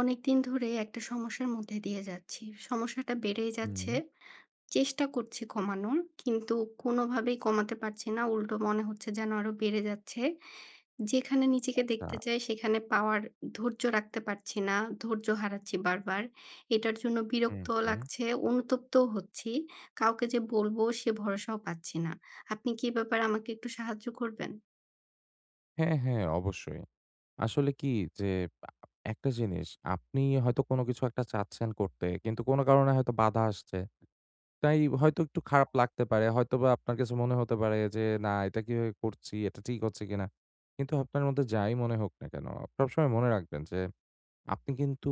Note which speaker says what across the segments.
Speaker 1: অনেকদিন ধরে একটা সমস্যার মধ্যে দিয়ে যাচ্ছি। সমস্যাটা বেড়েই
Speaker 2: হুম,
Speaker 1: যাচ্ছে। চেষ্টা করছি কমানোর, কিন্তু কোনোভাবেই কমাতে পারছি না। উল্টো মনে হচ্ছে যেন আরো বেড়ে যাচ্ছে। যেখানে নিজেকে
Speaker 2: আচ্ছা।
Speaker 1: দেখতে চাই, সেখানে পাওয়ার ধৈর্য রাখতে পারছি না। ধৈর্য হারাচ্ছি বারবার। এটার জন্য
Speaker 2: হুম,
Speaker 1: বিরক্তও
Speaker 2: হুম।
Speaker 1: লাগছে, অনুতপ্তও হচ্ছি। কাউকে যে বলবো, সে ভরসাও পাচ্ছি না। আপনি কি এ ব্যাপারে আমাকে একটু সাহায্য করবেন?
Speaker 2: হ্যাঁ, হ্যাঁ, অবশ্যই। আসলে কি যে আ একটা জিনিস আপনি হয়তো কোনো কিছু একটা চাচ্ছেন করতে কিন্তু কোনো কারণে হয়তো বাধা আসছে। তাই হয়তো একটু খারাপ লাগতে পারে। হয়তোবা আপনার কাছে মনে হতে পারে যে, "না, এটা কিভাবে করছি? এটা ঠিক হচ্ছে কিনা?" কিন্তু আপনার মধ্যে যাই মনে হোক না কেন, সবসময় মনে রাখবেন যে আপনি কিন্তু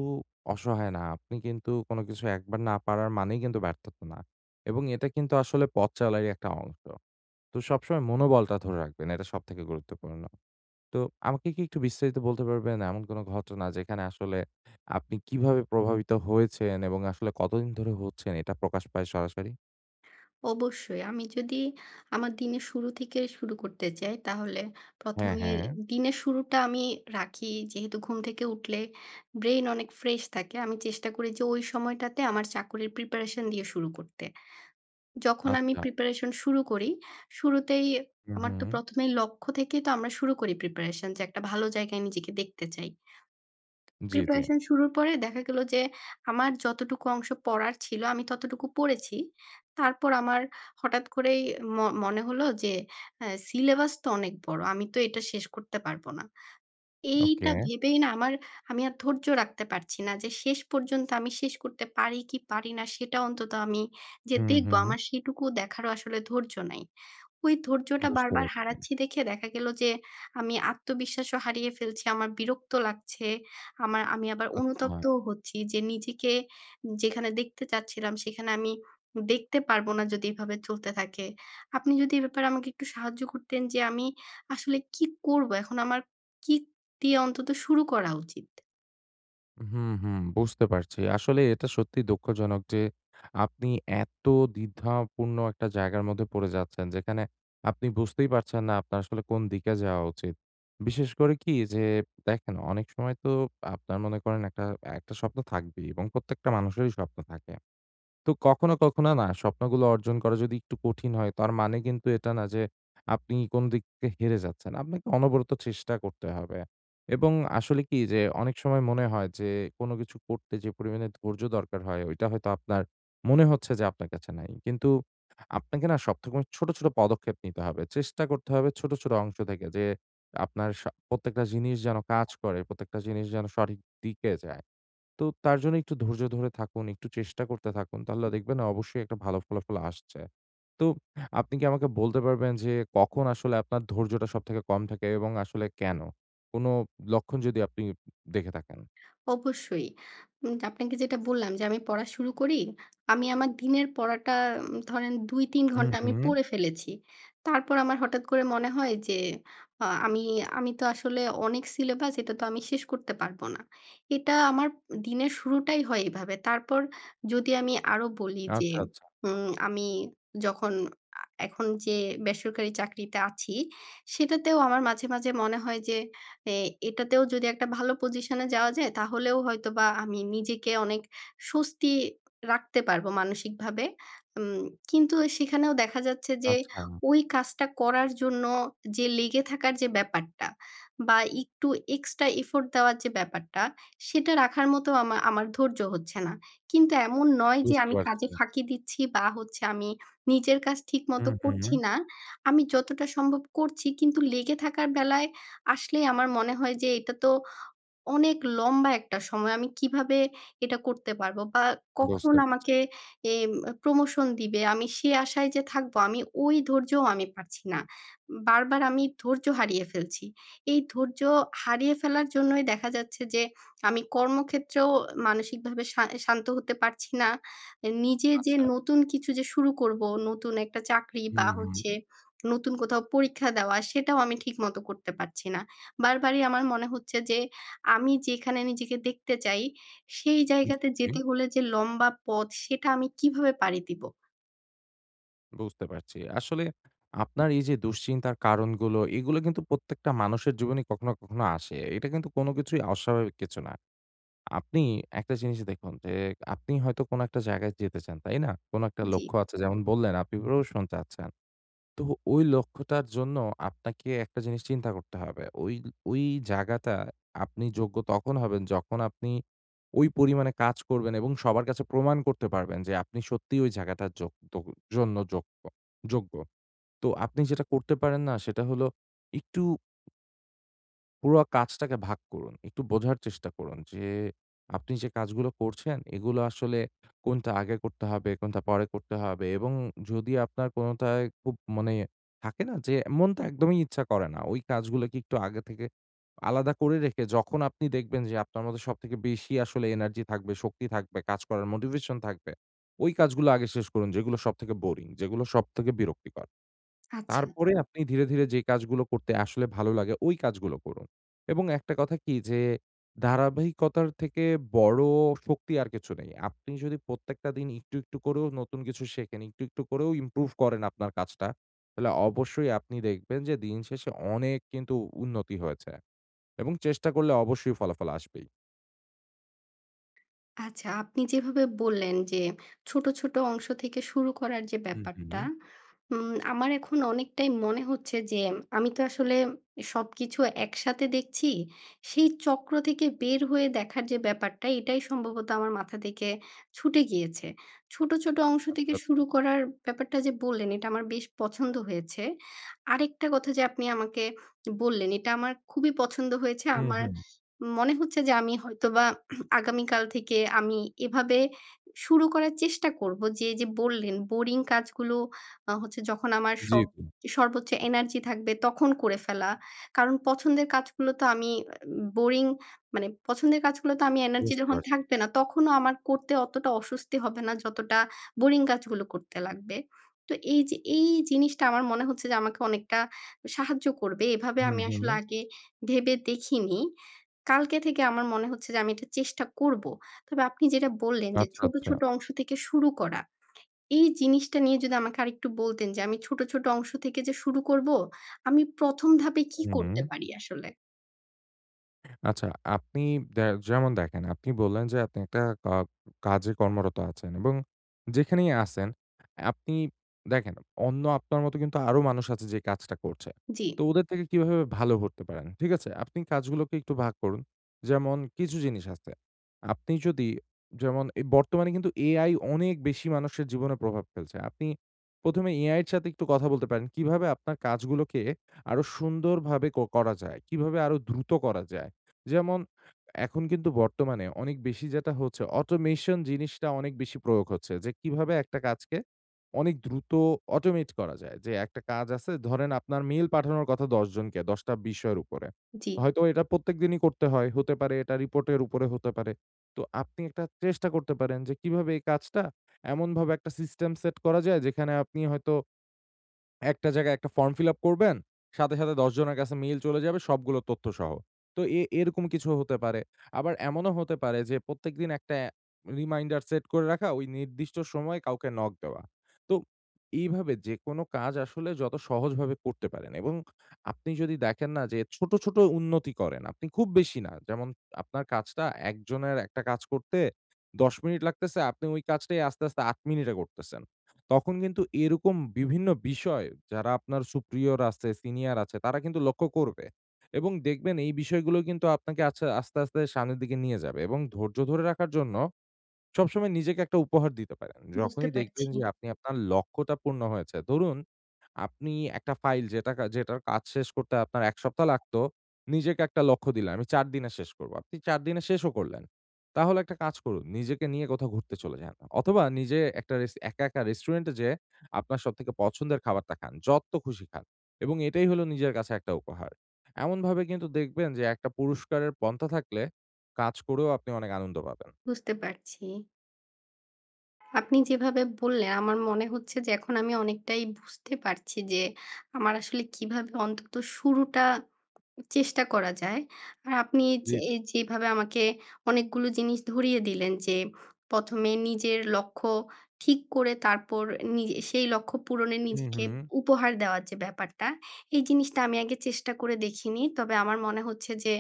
Speaker 2: অসহায় না। আপনি কিন্তু কোনো কিছু একবার না পারার মানেই কিন্তু ব্যর্থতা না। এবং এটা কিন্তু আসলে পথ চলারই একটা অংশ। তো সবসময় মনোবলটা ধরে রাখবেন। এটা সবথেকে গুরুত্বপূর্ণ। তো আমাকে কি একটু বিস্তারিত বলতে পারবেন এমন কোন ঘটনা যেখানে আসলে আপনি কিভাবে প্রভাবিত হয়েছেন এবং আসলে কতদিন ধরে হচ্ছেন এটা প্রকাশ পায় সরাসরি?
Speaker 1: অবশ্যই। আমি যদি আমার দিনের শুরু থেকে শুরু করতে চাই, তাহলে ১ম
Speaker 2: হ্যাঁ,
Speaker 1: এ
Speaker 2: হ্যাঁ।
Speaker 1: দিনের শুরুটা আমি রাখি, যেহেতু ঘুম থেকে উঠলে ব্রেইন অনেক ফ্রেশ থাকে। আমি চেষ্টা করি যে ওই সময়টাতে আমার চাকরির প্রিপারেশন দিয়ে শুরু করতে। যখন আমি
Speaker 2: আচ্ছা।
Speaker 1: প্রিপারেশন শুরু করি, শুরুতেই
Speaker 2: হুম,
Speaker 1: আমার তো
Speaker 2: হুম।
Speaker 1: ১ম এই লক্ষ্য থেকেই তো আমরা শুরু করি প্রিপারেশন যে একটা ভালো জায়গায় নিজেকে দেখতে চাই।
Speaker 2: জি, জি।
Speaker 1: প্রিপারেশন শুরুর পরে দেখা গেল যে, আমার যতটুকু অংশ পড়ার ছিল, আমি ততটুকু পড়েছি। তারপর আমার হঠাৎ করেই ম মনে হলো যে, সিলেবাস তো অনেক বড়। আমি তো এটা শেষ করতে পারব না।
Speaker 2: ওকে।
Speaker 1: এইটা ভেবেই না আমি আর ধৈর্য রাখতে পারছি না যে, শেষ পর্যন্ত আমি শেষ করতে পারি কি পারি না, সেটা অন্তত আমি যে
Speaker 2: হুম,
Speaker 1: দেখব,
Speaker 2: হুম।
Speaker 1: আমার সেটুকু দেখারও আসলে ধৈর্য নাই। ওই ধৈর্যটা
Speaker 2: বুঝতে
Speaker 1: বারবার
Speaker 2: পারছি।
Speaker 1: হারাচ্ছি দেখে দেখা গেল যে আমি আত্মবিশ্বাসও হারিয়ে ফেলছি। আমার বিরক্ত লাগছে। আমি আবার
Speaker 2: আচ্ছা।
Speaker 1: অনুতপ্তও হচ্ছি যে নিজেকে যেখানে দেখতে চাচ্ছিলাম সেখানে আমি দেখতে পারবো না যদি এভাবে চলতে থাকে। আপনি যদি এ ব্যাপারে আমাকে একটু সাহায্য করতেন যে আমি আসলে কি করবো? এখন আমার কি দিয়ে অন্তত শুরু করা উচিত?
Speaker 2: হুম, হুম, বুঝতে পারছি। আসলে এটা সত্যিই দুঃখজনক যে আপনি এত দ্বিধাপূর্ণ একটা জায়গার মধ্যে পড়ে যাচ্ছেন, যেখানে আপনি বুঝতেই পারছেন না আপনার আসলে কোন দিকে যাওয়া উচিত। বিশেষ করে কি যে দেখেন অনেক সময় তো আপনার মনে করেন একটা স্বপ্ন থাকবেই এবং প্রত্যেকটা মানুষেরই স্বপ্ন থাকে। তো কখনো, কখনো না স্বপ্নগুলো অর্জন করা যদি একটু কঠিন হয়, তার মানে কিন্তু এটা না যে আপনি কোন দিক থেকে হেরে যাচ্ছেন। আপনাকে অনবরত চেষ্টা করতে হবে। এবং আসলে কি যে অনেক সময় মনে হয় যে কোন কিছু করতে যে পরিমাণে ধৈর্য দরকার হয়, ওইটা হয়তো আপনার মনে হচ্ছে যে আপনার কাছে নাই। কিন্তু আপনাকে না সবরকম ছোট, ছোট পদক্ষেপ নিতে হবে। চেষ্টা করতে হবে ছোট, ছোট অংশ থেকে যে আপনার প্রত্যেকটা জিনিস যেন কাজ করে, প্রত্যেকটা জিনিস যেন সঠিক দিকে যায়। তো তার জন্য একটু ধৈর্য ধরে থাকুন, একটু চেষ্টা করতে থাকুন। তাহলে দেখবেন অবশ্যই একটা ভালো ফলাফল আসছে। তো আপনি কি আমাকে বলতে পারবেন যে কখন আসলে আপনার ধৈর্যটা সবথেকে কম থাকে এবং আসলে কেন? কোন লক্ষণ যদি আপনি দেখে থাকেন?
Speaker 1: অবশ্যই। আপনাকে যেটা বললাম যে আমি পড়া শুরু করি। আমি আমার দিনের পড়াটা ধরেন ২-৩
Speaker 2: হুম,
Speaker 1: ঘন্টা আমি
Speaker 2: হুম।
Speaker 1: পড়ে ফেলেছি। তারপর আমার হঠাৎ করে মনে হয় যে আ আমি আমি তো আসলে অনেক সিলেবাস, এটা তো আমি শেষ করতে পারব না। এটা আমার দিনের শুরুটাই হয় এভাবে। তারপর যদি আমি আরো বলি যে
Speaker 2: আচ্ছা, আচ্ছা,
Speaker 1: আমি যখন আ এখন যে বেসরকারি চাকরিতে আছি, সেটাতেও আমার মাঝে, মাঝে মনে হয় যে এ এটাতেও যদি একটা ভালো পজিশনে যাওয়া যায় তাহলেও হয়তোবা আমি নিজেকে অনেক স্বস্তি রাখতে পারবো মানসিকভাবে। উম কিন্তু সেখানেও দেখা যাচ্ছে যে
Speaker 2: আচ্ছা।
Speaker 1: ওই কাজটা করার জন্য যে লেগে থাকার যে ব্যাপারটা বা একটু এক্সট্রা এফোর্ট দেওয়ার যে ব্যাপারটা, সেটা রাখার মতো আমার ধৈর্য হচ্ছে না। কিন্তু এমন নয় যে
Speaker 2: বুঝতে
Speaker 1: আমি
Speaker 2: পারছি।
Speaker 1: কাজে ফাঁকি দিচ্ছি বা হচ্ছে আমি নিজের কাজ ঠিকমতো
Speaker 2: হুম, হুম।
Speaker 1: করছি না। আমি যতটা সম্ভব করছি, কিন্তু লেগে থাকার বেলায় আসলেই আমার মনে হয় যে এটা তো অনেক লম্বা একটা সময়। আমি কিভাবে এটা করতে পারবো? বা কখন
Speaker 2: বুঝতে পারছি।
Speaker 1: আমাকে এম প্রমোশন দিবে? আমি সে আশায় যে থাকবো, আমি ওই ধৈর্যও আমি পারছি না। বারবার আমি ধৈর্য হারিয়ে ফেলছি। এই ধৈর্য হারিয়ে ফেলার জন্যই দেখা যাচ্ছে যে আমি কর্মক্ষেত্রেও মানসিকভাবে শান্ত হতে পারছি না। নিজে যে
Speaker 2: আচ্ছা।
Speaker 1: নতুন কিছু যে শুরু করবো, নতুন একটা চাকরি বা
Speaker 2: হুম, হুম।
Speaker 1: হচ্ছে নতুন কোথাও পরীক্ষা দেওয়া, সেটাও আমি ঠিকমতো করতে পারছি না। বারবারই আমার মনে হচ্ছে যে আমি যেখানে নিজেকে দেখতে চাই, সেই
Speaker 2: জি,
Speaker 1: জায়গাতে
Speaker 2: জি।
Speaker 1: যেতে হলে যে লম্বা পথ, সেটা আমি কিভাবে পাড়ি দিব?
Speaker 2: বুঝতে পারছি। আসলে আপনার এই যে দুশ্চিন্তার কারণগুলো, এগুলো কিন্তু প্রত্যেকটা মানুষের জীবনে কখনো, কখনো আসে। এটা কিন্তু কোন কিছুই অস্বাভাবিক কিছু না। আপনি একটা জিনিস দেখুন যে, আপনি হয়তো কোনো একটা জায়গায় যেতে চান, তাই না? কোনো একটা
Speaker 1: জি,
Speaker 2: লক্ষ্য আছে যেমন বললেন আপনি প্রমোশন চাচ্ছেন। তো ওই লক্ষ্যটার জন্য আপনাকে একটা জিনিস চিন্তা করতে হবে। ওই ওই জায়গাটা আপনি যোগ্য তখন হবেন যখন আপনি ওই পরিমাণে কাজ করবেন এবং সবার কাছে প্রমাণ করতে পারবেন যে আপনি সত্যিই ওই জায়গাটার যোগ যোগ জন্য যোগ্য যোগ্য। তো আপনি যেটা করতে পারেন না সেটা হলো একটু পুরো কাজটাকে ভাগ করুন। একটু বোঝার চেষ্টা করুন যে, আপনি যে কাজগুলো করছেন, এগুলো আসলে কোনটা আগে করতে হবে, কোনটা পরে করতে হবে এবং যদি আপনার কোনটায় খুব মানে থাকে না যে, মনটা একদমই ইচ্ছা করে না। ওই কাজগুলোকে একটু আগে থেকে আলাদা করে রেখে যখন আপনি দেখবেন যে, আপনার মধ্যে সবথেকে বেশি আসলে এনার্জি থাকবে, শক্তি থাকবে, কাজ করার মোটিভেশন থাকবে, ওই কাজগুলো আগে শেষ করুন যেগুলো সবথেকে বোরিং, যেগুলো সবথেকে বিরক্তিকর।
Speaker 1: আচ্ছা।
Speaker 2: তারপরে আপনি ধীরে, ধীরে যে কাজগুলো করতে আসলে ভালো লাগে ওই কাজগুলো করুন। এবং একটা কথা কি যে ধারাবাহিকতার থেকে বড় শক্তি আর কিছু নেই। আপনি যদি প্রত্যেকটা দিন একটু, একটু করেও নতুন কিছু শেখেন, একটু, একটু করেও ইমপ্রুভ করেন আপনার কাজটা, তাহলে অবশ্যই আপনি দেখবেন যে দিন শেষে অনেক কিন্তু উন্নতি হয়েছে। এবং চেষ্টা করলে অবশ্যই ফলাফল আসবেই।
Speaker 1: আচ্ছা, আপনি যেভাবে বললেন যে ছোট, ছোট অংশ থেকে শুরু করার যে
Speaker 2: হুম, হুম।
Speaker 1: ব্যাপারটা, আমার এখন অনেকটাই মনে হচ্ছে যে আমি তো আসলে সবকিছু একসাথে দেখছি। সেই চক্র থেকে বের হয়ে দেখার যে ব্যাপারটা, এটাই সম্ভবত আমার মাথা থেকে ছুটে গিয়েছে। ছোট, ছোট অংশ
Speaker 2: আচ্ছা,
Speaker 1: থেকে
Speaker 2: আচ্ছা।
Speaker 1: শুরু করার ব্যাপারটা যে বললেন, এটা আমার বেশ পছন্দ হয়েছে। আরেকটা কথা যে আপনি আমাকে বললেন, এটা আমার খুবই পছন্দ হয়েছে।
Speaker 2: হুম,
Speaker 1: আমার
Speaker 2: হুম।
Speaker 1: মনে হচ্ছে যে আমি হয়তোবা আগামীকাল থেকে আমি এভাবে শুরু করার চেষ্টা করব। যে, এই যে বললেন বোরিং কাজগুলো আ হচ্ছে যখন আমার
Speaker 2: জি, জি।
Speaker 1: সর্বোচ্চ এনার্জি থাকবে তখন করে ফেলা। কারণ পছন্দের কাজগুলো তো আমি আ বোরিং মানে পছন্দের কাজগুলো তো আমি এনার্জি
Speaker 2: বুঝতে
Speaker 1: যখন
Speaker 2: পারছি।
Speaker 1: থাকবে না তখনও আমার করতে অতটা অস্বস্তি হবে না যতটা বোরিং কাজগুলো করতে লাগবে। তো এই যে এই জিনিসটা আমার মনে হচ্ছে যে আমাকে অনেকটা সাহায্য করবে। এভাবে
Speaker 2: হুম,
Speaker 1: আমি
Speaker 2: হুম।
Speaker 1: আসলে আগে ভেবে দেখিনি। কালকে থেকে আমার মনে হচ্ছে যে আমি এটা চেষ্টা করব। তবে আপনি যেটা বললেন যে
Speaker 2: আচ্ছা,
Speaker 1: ছোট,
Speaker 2: আচ্ছা।
Speaker 1: ছোট অংশ থেকে শুরু করা। এই জিনিসটা নিয়ে যদি আমাকে আরেকটু বলতেন যে আমি ছোট, ছোট অংশ থেকে যে শুরু করব, আমি ১ম ধাপে কি
Speaker 2: হুম।
Speaker 1: করতে পারি আসলে?
Speaker 2: আচ্ছা, আপনি দে যেমন দেখেন, আপনি বললেন যে আপনি একটা কাজে কর্মরত আছেন এবং যেখানেই আছেন, আপনি দেখেন অন্য আপনার মতো কিন্তু আরো মানুষ আছে যে কাজটা করছে।
Speaker 1: জি,
Speaker 2: তো ওদের থেকে কিভাবে ভালো হতে পারেন, ঠিক আছে? আপনি কাজগুলোকে একটু ভাগ করুন। যেমন কিছু জিনিস আছে। আপনি যদি যেমন এই বর্তমানে কিন্তু AI অনেক বেশি মানুষের জীবনে প্রভাব ফেলছে। আপনি ১ম এ AI এর সাথে একটু কথা বলতে পারেন। কিভাবে আপনার কাজগুলোকে আরো সুন্দরভাবে করা যায়? কিভাবে আরো দ্রুত করা যায়? যেমন এখন কিন্তু বর্তমানে অনেক বেশি যেটা হচ্ছে অটোমেশন জিনিসটা অনেক বেশি প্রয়োগ হচ্ছে। যে কিভাবে একটা কাজকে অনেক দ্রুত অটোমেট করা যায়। যে একটা কাজ আছে ধরেন আপনার মেইল পাঠানোর কথা ১০ জনকে ১০ টা বিষয়ের উপরে।
Speaker 1: জি।
Speaker 2: হয়তো এটা প্রত্যেকদিনই করতে হয়। হতে পারে এটা রিপোর্টের উপরে হতে পারে। তো আপনি একটা চেষ্টা করতে পারেন যে কিভাবে এই কাজটা এমনভাবে একটা সিস্টেম সেট করা যায় যেখানে আপনি হয়তো একটা জায়গায় একটা ফর্ম ফিল আপ করবেন। সাথে, সাথে ১০ জনের কাছে মেইল চলে যাবে সবগুলো তথ্যসহ। তো এরকম কিছু হতে পারে। আবার এমনও হতে পারে যে প্রত্যেকদিন একটা রিমাইন্ডার সেট করে রাখা, ওই নির্দিষ্ট সময়ে কাউকে নক দেওয়া। তো এইভাবে যেকোনো কাজ আসলে যত সহজভাবে করতে পারেন এবং আপনি যদি দেখেন না যে ছোট, ছোট উন্নতি করেন, আপনি খুব বেশি না। যেমন আপনার কাজটা একজনের একটা কাজ করতে ১০ মিনিট লাগতেছে, আপনি ওই কাজটাই আস্তে, আস্তে ৮ মিনিটে করতেছেন। তখন কিন্তু এরকম বিভিন্ন বিষয় যারা আপনার superior আছে, সিনিয়র আছে তারা কিন্তু লক্ষ্য করবে। এবং দেখবেন এই বিষয়গুলো কিন্তু আপনাকে আচ্ছা আস্তে, আস্তে সামনের দিকে নিয়ে যাবে এবং ধৈর্য ধরে রাখার জন্য সবসময় নিজেকে একটা উপহার দিতে পারেন।
Speaker 1: বুঝতে
Speaker 2: যখনই দেখবেন
Speaker 1: পারছি,
Speaker 2: যে আপনি আপনার লক্ষ্যটা পূর্ণ হয়েছে। ধরুন, আপনি একটা ফাইল যেটার কাজ শেষ করতে আপনার ১ সপ্তাহ লাগতো, নিজেকে একটা লক্ষ্য দিলেন, "আমি ৪ দিনে শেষ করব।" আপনি ৪ দিনে শেষও করলেন। তাহলে একটা কাজ করুন, নিজেকে নিয়ে কোথাও ঘুরতে চলে যান। অথবা নিজে একটা একা, একা রেস্টুরেন্টে যেয়ে আপনার সবথেকে পছন্দের খাবারটা খান। যত খুশি খান। এবং এটাই হলো নিজের কাছে একটা উপহার। এমনভাবে কিন্তু দেখবেন যে একটা পুরস্কারের পন্থা থাকলে কাজ করেও আপনি অনেক আনন্দ পাবেন।
Speaker 1: বুঝতে পারছি। আপনি যেভাবে বললেন, আমার মনে হচ্ছে যে এখন আমি অনেকটাই বুঝতে পারছি যে আমার আসলে কিভাবে অন্তত শুরুটা চেষ্টা করা যায়। আর আপনি
Speaker 2: জি।
Speaker 1: যে এই যেভাবে আমাকে অনেকগুলো জিনিস ধরিয়ে দিলেন যে ১ম এ নিজের লক্ষ্য ঠিক করে তারপর নিজে সেই লক্ষ্য পূরণে
Speaker 2: হুম,
Speaker 1: নিজেকে
Speaker 2: হুম।
Speaker 1: উপহার দেওয়ার যে ব্যাপারটা, এই জিনিসটা আমি আগে চেষ্টা করে দেখিনি। তবে আমার মনে হচ্ছে যে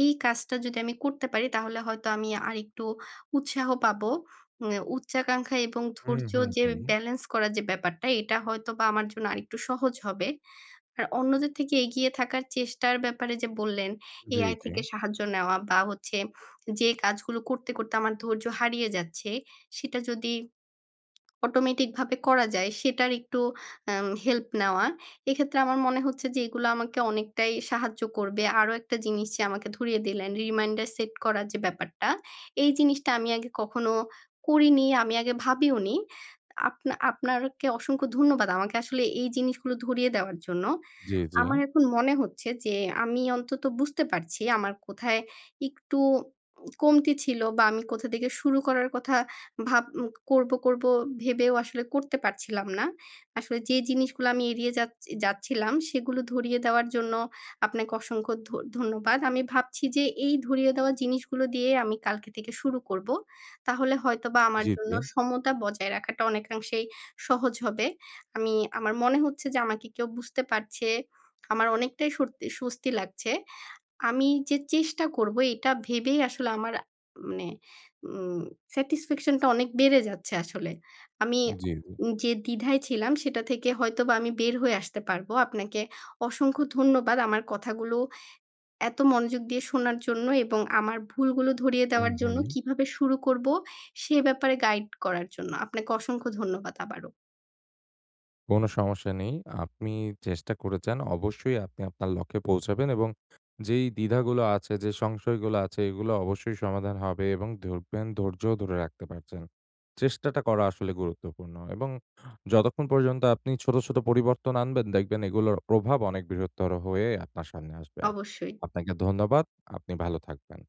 Speaker 1: এই কাজটা যদি আমি করতে পারি তাহলে হয়তো আমি আরেকটু উৎসাহ পাবো। উচ্চাকাঙ্ক্ষা এবং
Speaker 2: হুম,
Speaker 1: ধৈর্য
Speaker 2: হুম,
Speaker 1: যে
Speaker 2: হুম।
Speaker 1: ব্যালেন্স করার যে ব্যাপারটা, এটা হয়তোবা আমার জন্য আরেকটু সহজ হবে। আর অন্যদের থেকে এগিয়ে থাকার চেষ্টার ব্যাপারে যে বললেন,
Speaker 2: জি,
Speaker 1: AI
Speaker 2: জি।
Speaker 1: থেকে সাহায্য নেওয়া বা হচ্ছে যে কাজগুলো করতে, করতে আমার ধৈর্য হারিয়ে যাচ্ছে, সেটা যদি অটোমেটিক ভাবে করা যায়, সেটার একটু হেল্প নেওয়া। এক্ষেত্রে আমার মনে হচ্ছে যে এগুলো আমাকে অনেকটাই সাহায্য করবে। আরো একটা জিনিস যে আমাকে ধরিয়ে দিলেন, রিমাইন্ডার সেট করার যে ব্যাপারটা, এই জিনিসটা আমি আগে কখনো করিনি, আমি আগে ভাবিওনি। আপনাকে অসংখ্য ধন্যবাদ আমাকে আসলে এই জিনিসগুলো ধরিয়ে দেওয়ার জন্য।
Speaker 2: জি, জি।
Speaker 1: আমার এখন মনে হচ্ছে যে আমি অন্তত বুঝতে পারছি আমার কোথায় একটু কমতি ছিল বা আমি কোথা থেকে শুরু করার কথা করব করব ভেবেও আসলে করতে পারছিলাম না। আসলে যে জিনিসগুলো আমি এড়িয়ে যাচ্ছিলাম সেগুলো ধরিয়ে দেওয়ার জন্য আপনাকে অসংখ্য ধন্যবাদ। আমি ভাবছি যে এই ধরিয়ে দেওয়া জিনিসগুলো দিয়ে আমি কালকে থেকে শুরু করব। তাহলে হয়তোবা আমার
Speaker 2: জি,
Speaker 1: জন্য
Speaker 2: জি।
Speaker 1: সমতা বজায় রাখাটা অনেকাংশেই সহজ হবে। আমার মনে হচ্ছে যে আমাকে কেউ বুঝতে পারছে, আমার অনেকটাই সত্যি স্বস্তি লাগছে। আমি যে চেষ্টা করব, এটা ভেবেই আসলে আমার মানে উম স্যাটিসফ্যাকশন টা অনেক বেড়ে যাচ্ছে আসলে। আমি
Speaker 2: জি, জি।
Speaker 1: যে দ্বিধায় ছিলাম সেটা থেকে হয়তোবা আমি বের হয়ে আসতে পারব। আপনাকে অসংখ্য ধন্যবাদ আমার কথাগুলো এত মনোযোগ দিয়ে শোনার জন্য এবং আমার ভুলগুলো ধরিয়ে
Speaker 2: হুম,
Speaker 1: দেওয়ার জন্য,
Speaker 2: হুম।
Speaker 1: কিভাবে শুরু করব সে ব্যাপারে গাইড করার জন্য। আপনাকে অসংখ্য ধন্যবাদ আবারও।
Speaker 2: কোনো সমস্যা নেই। আপনি চেষ্টা করে যান। অবশ্যই আপনি আপনার লক্ষ্যে পৌঁছাবেন এবং যেই দ্বিধাগুলো আছে, যে সংশয়গুলো আছে এগুলো অবশ্যই সমাধান হবে এবং ধরবেন ধৈর্যও ধরে রাখতে পারছেন। চেষ্টাটা করা আসলে গুরুত্বপূর্ণ এবং যতক্ষণ পর্যন্ত আপনি ছোট, ছোট পরিবর্তন আনবেন দেখবেন এগুলোর প্রভাব অনেক বৃহত্তর হয়ে আপনার সামনে আসবে।
Speaker 1: অবশ্যই।
Speaker 2: আপনাকে ধন্যবাদ। আপনি ভালো থাকবেন।